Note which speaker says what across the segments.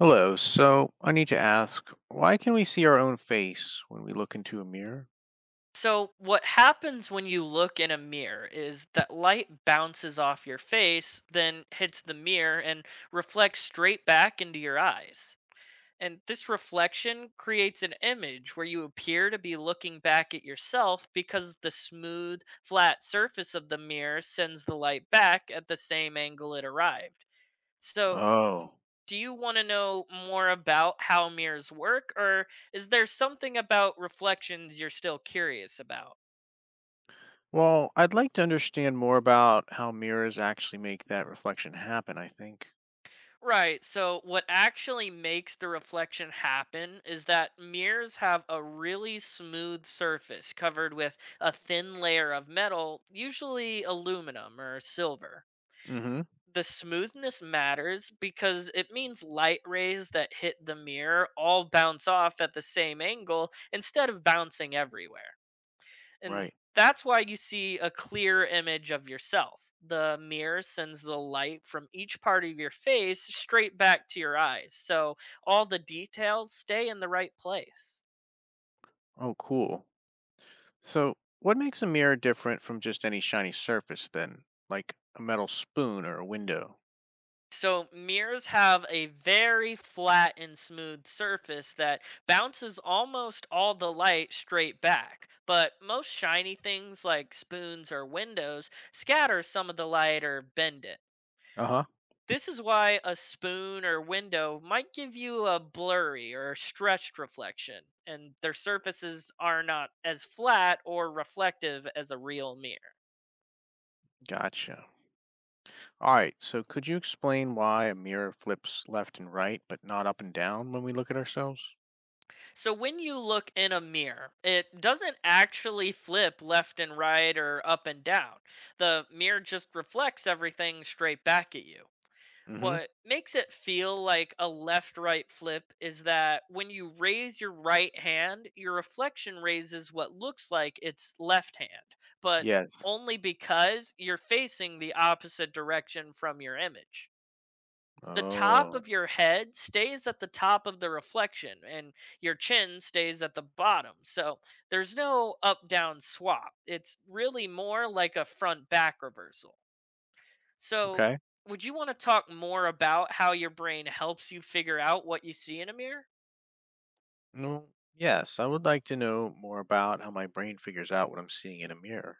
Speaker 1: Hello, so I need to ask, why can we see our own face when we look into a mirror?
Speaker 2: So, what happens when you look in a mirror is that light bounces off your face, then hits the mirror and reflects straight back into your eyes. And this reflection creates an image where you appear to be looking back at yourself because the smooth, flat surface of the mirror sends the light back at the same angle it arrived. So,
Speaker 1: Oh,
Speaker 2: do you want to know more about how mirrors work, or is there something about reflections you're still curious about?
Speaker 1: well, I'd like to understand more about how mirrors actually make that reflection happen, I think.
Speaker 2: Right. So, what actually makes the reflection happen is that mirrors have a really smooth surface covered with a thin layer of metal, usually aluminum or silver.
Speaker 1: Mm-hmm.
Speaker 2: The smoothness matters because it means light rays that hit the mirror all bounce off at the same angle instead of bouncing everywhere. And
Speaker 1: Right.
Speaker 2: that's why you see a clear image of yourself. The mirror sends the light from each part of your face straight back to your eyes, so all the details stay in the right place.
Speaker 1: Oh, cool. So, what makes a mirror different from just any shiny surface then, like a metal spoon or a window?
Speaker 2: So, mirrors have a very flat and smooth surface that bounces almost all the light straight back. But most shiny things like spoons or windows scatter some of the light or bend it.
Speaker 1: Uh-huh.
Speaker 2: This is why a spoon or window might give you a blurry or stretched reflection, and their surfaces are not as flat or reflective as a real mirror.
Speaker 1: Gotcha. All right, so could you explain why a mirror flips left and right, but not up and down when we look at ourselves?
Speaker 2: So when you look in a mirror, it doesn't actually flip left and right or up and down. The mirror just reflects everything straight back at you.
Speaker 1: Mm-hmm.
Speaker 2: What makes it feel like a left right flip is that when you raise your right hand, your reflection raises what looks like its left hand, but
Speaker 1: Yes.
Speaker 2: only because you're facing the opposite direction from your image. The top
Speaker 1: Oh.
Speaker 2: of your head stays at the top of the reflection, and your chin stays at the bottom. So there's no up down swap. It's really more like a front back reversal. So,
Speaker 1: Okay.
Speaker 2: would you want to talk more about how your brain helps you figure out what you see in a mirror?
Speaker 1: Well, yes, I would like to know more about how my brain figures out what I'm seeing in a mirror.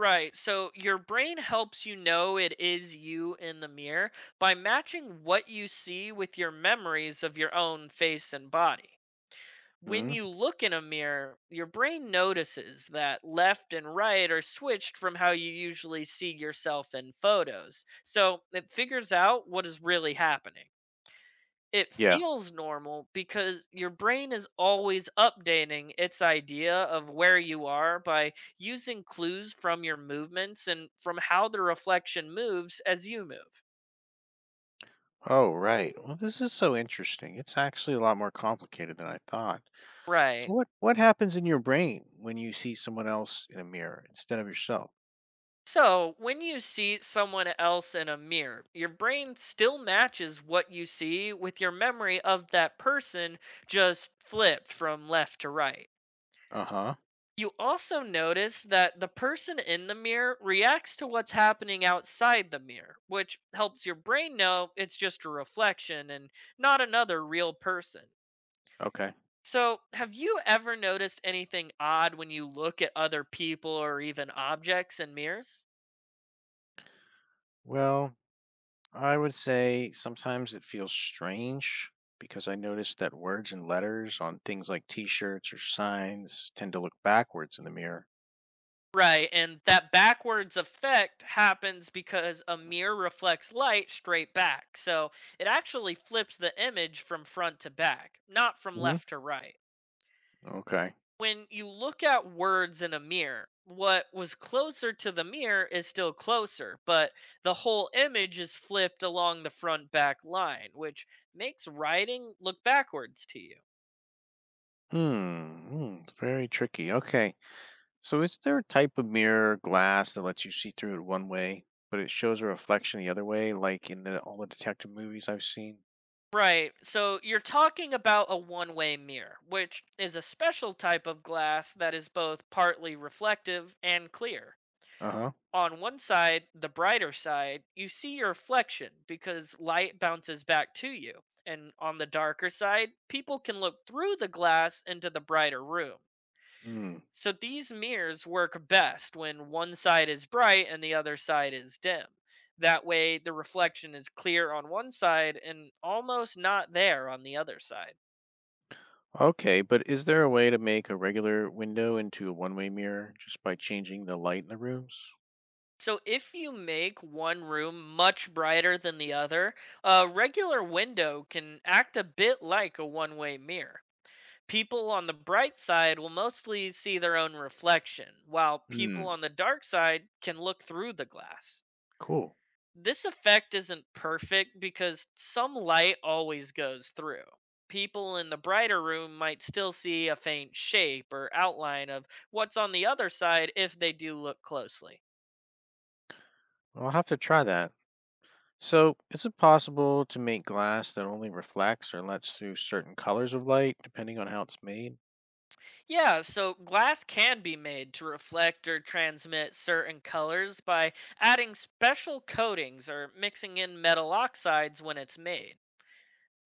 Speaker 2: Right. So your brain helps you know it is you in the mirror by matching what you see with your memories of your own face and body. When
Speaker 1: Hmm?
Speaker 2: you look in a mirror, your brain notices that left and right are switched from how you usually see yourself in photos. So it figures out what is really happening. It
Speaker 1: Yeah.
Speaker 2: feels normal because your brain is always updating its idea of where you are by using clues from your movements and from how the reflection moves as you move.
Speaker 1: Oh, right. Well, this is so interesting. It's actually a lot more complicated than I thought. So
Speaker 2: Right.
Speaker 1: what happens in your brain when you see someone else in a mirror instead of yourself?
Speaker 2: So, when you see someone else in a mirror, your brain still matches what you see with your memory of that person, just flipped from left to right.
Speaker 1: Uh-huh.
Speaker 2: You also notice that the person in the mirror reacts to what's happening outside the mirror, which helps your brain know it's just a reflection and not another real person.
Speaker 1: Okay.
Speaker 2: So, have you ever noticed anything odd when you look at other people or even objects in mirrors?
Speaker 1: Well, I would say sometimes it feels strange because I notice that words and letters on things like t-shirts or signs tend to look backwards in the mirror.
Speaker 2: Right, and that backwards effect happens because a mirror reflects light straight back. So, it actually flips the image from front to back, not from
Speaker 1: Hmm.
Speaker 2: left to right.
Speaker 1: Okay.
Speaker 2: When you look at words in a mirror, what was closer to the mirror is still closer, but the whole image is flipped along the front back line, which makes writing look backwards to you.
Speaker 1: Hmm, hmm, very tricky. Okay. So is there a type of mirror or glass that lets you see through it one way, but it shows a reflection the other way, like in the all the detective movies I've seen?
Speaker 2: Right, so you're talking about a one way mirror, which is a special type of glass that is both partly reflective and clear.
Speaker 1: Uh-huh.
Speaker 2: On one side, the brighter side, you see your reflection because light bounces back to you. And on the darker side, people can look through the glass into the brighter room.
Speaker 1: Hmm.
Speaker 2: So these mirrors work best when one side is bright and the other side is dim. That way, the reflection is clear on one side and almost not there on the other side.
Speaker 1: Okay, but is there a way to make a regular window into a one-way mirror just by changing the light in the rooms?
Speaker 2: So if you make one room much brighter than the other, a regular window can act a bit like a one-way mirror. People on the bright side will mostly see their own reflection, while people
Speaker 1: Hmm.
Speaker 2: on the dark side can look through the glass.
Speaker 1: Cool.
Speaker 2: This effect isn't perfect because some light always goes through. People in the brighter room might still see a faint shape or outline of what's on the other side if they do look closely.
Speaker 1: Well, I'll have to try that. So, is it possible to make glass that only reflects or lets through certain colors of light, depending on how it's made?
Speaker 2: Yeah, so glass can be made to reflect or transmit certain colors by adding special coatings or mixing in metal oxides when it's made.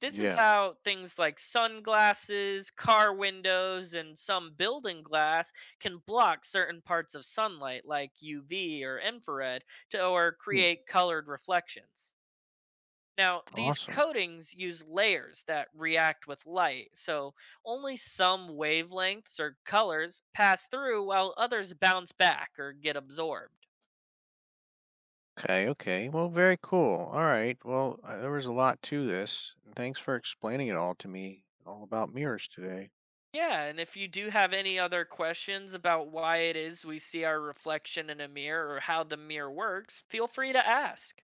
Speaker 2: This is
Speaker 1: Yeah.
Speaker 2: how things like sunglasses, car windows, and some building glass can block certain parts of sunlight like UV or infrared to or
Speaker 1: Hmm.
Speaker 2: create colored reflections. Now, these
Speaker 1: Awesome.
Speaker 2: coatings use layers that react with light, so only some wavelengths or colors pass through while others bounce back or get absorbed.
Speaker 1: Okay, okay. Well, very cool. All right. Well, there was a lot to this. Thanks for explaining it all to me, all about mirrors today.
Speaker 2: Yeah, and if you do have any other questions about why it is we see our reflection in a mirror or how the mirror works, feel free to ask.